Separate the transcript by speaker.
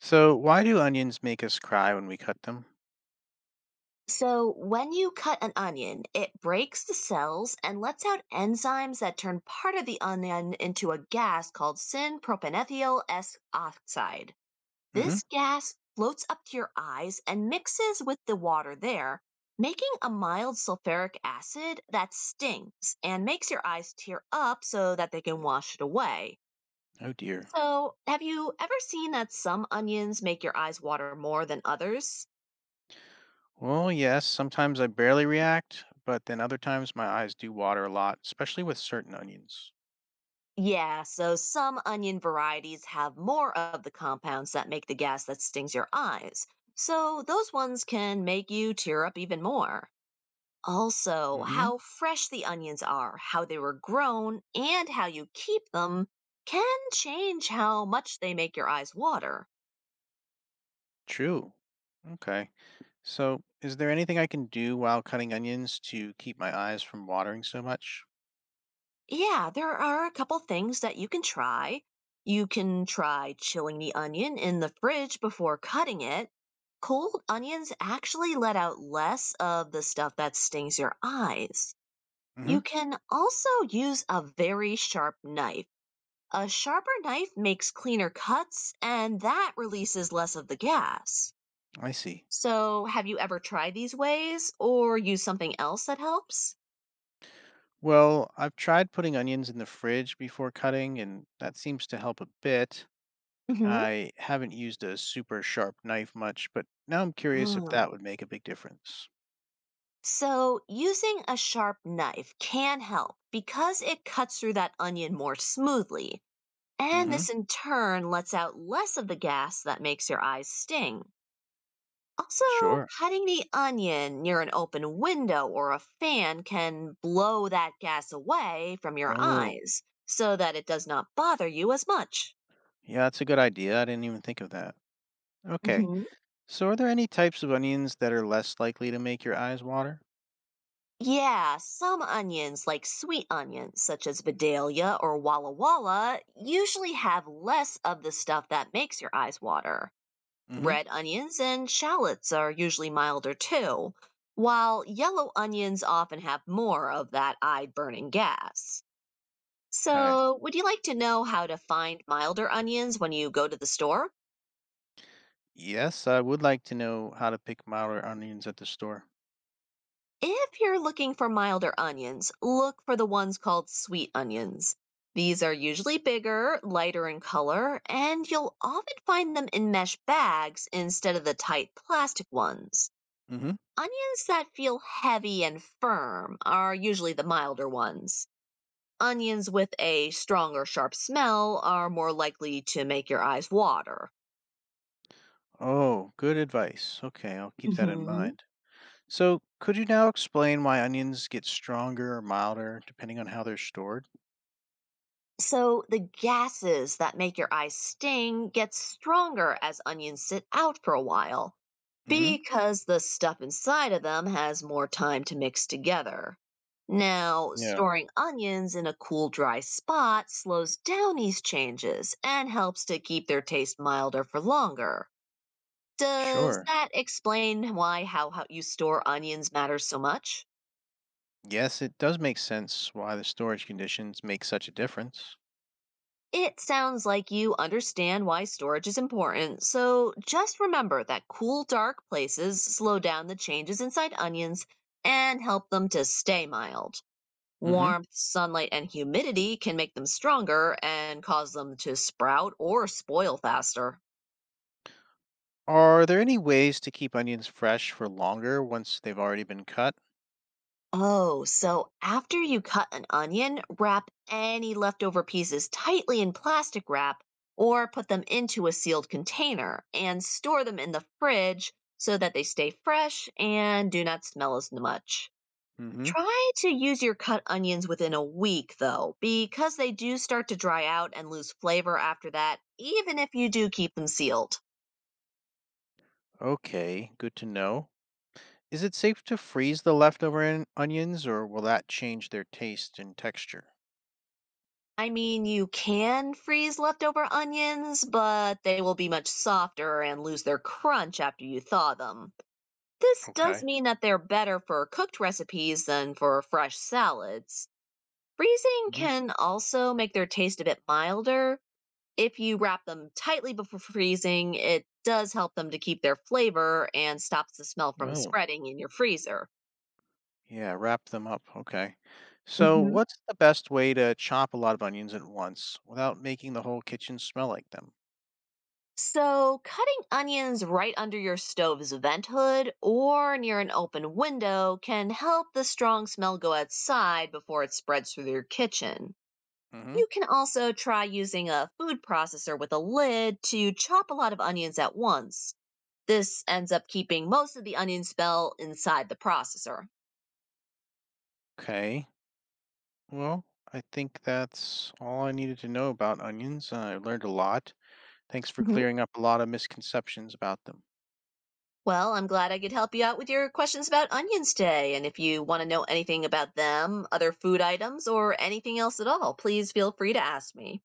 Speaker 1: So, why do onions make us cry when we cut them?
Speaker 2: So, when you cut an onion, it breaks the cells and lets out enzymes that turn part of the onion into a gas called synpropanethyl S oxide.
Speaker 1: Hmm.
Speaker 2: This gas floats up to your eyes and mixes with the water there, making a mild sulfuric acid that stings and makes your eyes tear up so that they can wash it away.
Speaker 1: Oh dear.
Speaker 2: So, have you ever seen that some onions make your eyes water more than others?
Speaker 1: Well, yes, sometimes I barely react, but then other times my eyes do water a lot, especially with certain onions.
Speaker 2: Yeah, so some onion varieties have more of the compounds that make the gas that stings your eyes. So those ones can make you tear up even more. Also,
Speaker 1: Hmm.
Speaker 2: how fresh the onions are, how they were grown, and how you keep them can change how much they make your eyes water.
Speaker 1: True. Okay. So, is there anything I can do while cutting onions to keep my eyes from watering so much?
Speaker 2: Yeah, there are a couple things that you can try. You can try chilling the onion in the fridge before cutting it. Cold onions actually let out less of the stuff that stings your eyes. You
Speaker 1: Hmm.
Speaker 2: can also use a very sharp knife. A sharper knife makes cleaner cuts and that releases less of the gas.
Speaker 1: I see.
Speaker 2: So, have you ever tried these ways or used something else that helps?
Speaker 1: Well, I've tried putting onions in the fridge before cutting, and that seems to help a bit.
Speaker 2: Mm hmm.
Speaker 1: I haven't used a super sharp knife much, but now I'm curious if
Speaker 2: Oh.
Speaker 1: that would make a big difference.
Speaker 2: So, using a sharp knife can help because it cuts through that onion more smoothly. And
Speaker 1: Hmm.
Speaker 2: this in turn lets out less of the gas that makes your eyes sting. Also,
Speaker 1: Sure.
Speaker 2: cutting the onion near an open window or a fan can blow that gas away from your
Speaker 1: Oh,
Speaker 2: eyes so that it does not bother you as much.
Speaker 1: yeah, that's a good idea. I didn't even think of that. Okay. So, are there any types of onions that are less likely to make your eyes water?
Speaker 2: Yeah, some onions, like sweet onions, such as Vidalia or Walla Walla, usually have less of the stuff that makes your eyes water.
Speaker 1: Mm-hmm.
Speaker 2: Red onions and shallots are usually milder too, while yellow onions often have more of that eye burning gas.
Speaker 1: Okay.
Speaker 2: So, would you like to know how to find milder onions when you go to the store?
Speaker 1: Yes, I would like to know how to pick milder onions at the store.
Speaker 2: If you're looking for milder onions, look for the ones called sweet onions. These are usually bigger, lighter in color, and you'll often find them in mesh bags instead of the tight plastic ones.
Speaker 1: Mm-hmm.
Speaker 2: Onions that feel heavy and firm are usually the milder ones. Onions with a strong or sharp smell are more likely to make your eyes water.
Speaker 1: Oh, good advice. Okay, I'll keep that in
Speaker 2: Mhm.
Speaker 1: mind. So, could you now explain why onions get stronger or milder depending on how they're stored?
Speaker 2: So the gases that make your eyes sting get stronger as onions sit out for a while
Speaker 1: Mm-hmm.
Speaker 2: because the stuff inside of them has more time to mix together. Now,
Speaker 1: Yeah,
Speaker 2: storing onions in a cool, dry spot slows down these changes and helps to keep their taste milder for longer. Does
Speaker 1: sure.
Speaker 2: that explain how you store onions matters so much?
Speaker 1: Yes, it does make sense why the storage conditions make such a difference.
Speaker 2: It sounds like you understand why storage is important, so just remember that cool, dark places slow down the changes inside onions and help them to stay mild.
Speaker 1: Mm-hmm.
Speaker 2: Warmth, sunlight, and humidity can make them stronger and cause them to sprout or spoil faster.
Speaker 1: Are there any ways to keep onions fresh for longer once they've already been cut?
Speaker 2: Oh, so after you cut an onion, wrap any leftover pieces tightly in plastic wrap or put them into a sealed container and store them in the fridge so that they stay fresh and do not smell as much.
Speaker 1: Hmm.
Speaker 2: Try to use your cut onions within a week though, because they do start to dry out and lose flavor after that, even if you do keep them sealed.
Speaker 1: Okay, good to know. Is it safe to freeze the leftover onions or will that change their taste and texture?
Speaker 2: I mean, you can freeze leftover onions, but they will be much softer and lose their crunch after you thaw them. This does
Speaker 1: Okay.
Speaker 2: mean that they're better for cooked recipes than for fresh salads. Freezing
Speaker 1: Hmm.
Speaker 2: can also make their taste a bit milder. If you wrap them tightly before freezing, it does help them to keep their flavor and stops the smell from
Speaker 1: Oh,
Speaker 2: spreading in your freezer.
Speaker 1: yeah, wrap them up. Okay. So, what's the best way to chop a lot of onions at once without making the whole kitchen smell like them?
Speaker 2: So, cutting onions right under your stove's vent hood or near an open window can help the strong smell go outside before it spreads through your kitchen.
Speaker 1: Hmm.
Speaker 2: You can also try using a food processor with a lid to chop a lot of onions at once. This ends up keeping most of the onion smell inside the processor.
Speaker 1: Okay. Well, I think that's all I needed to know about onions. I learned a lot. Thanks for
Speaker 2: Mhm.
Speaker 1: clearing up a lot of misconceptions about them.
Speaker 2: Well, I'm glad I could help you out with your questions about onions today. And if you want to know anything about them, other food items, or anything else at all, please feel free to ask me.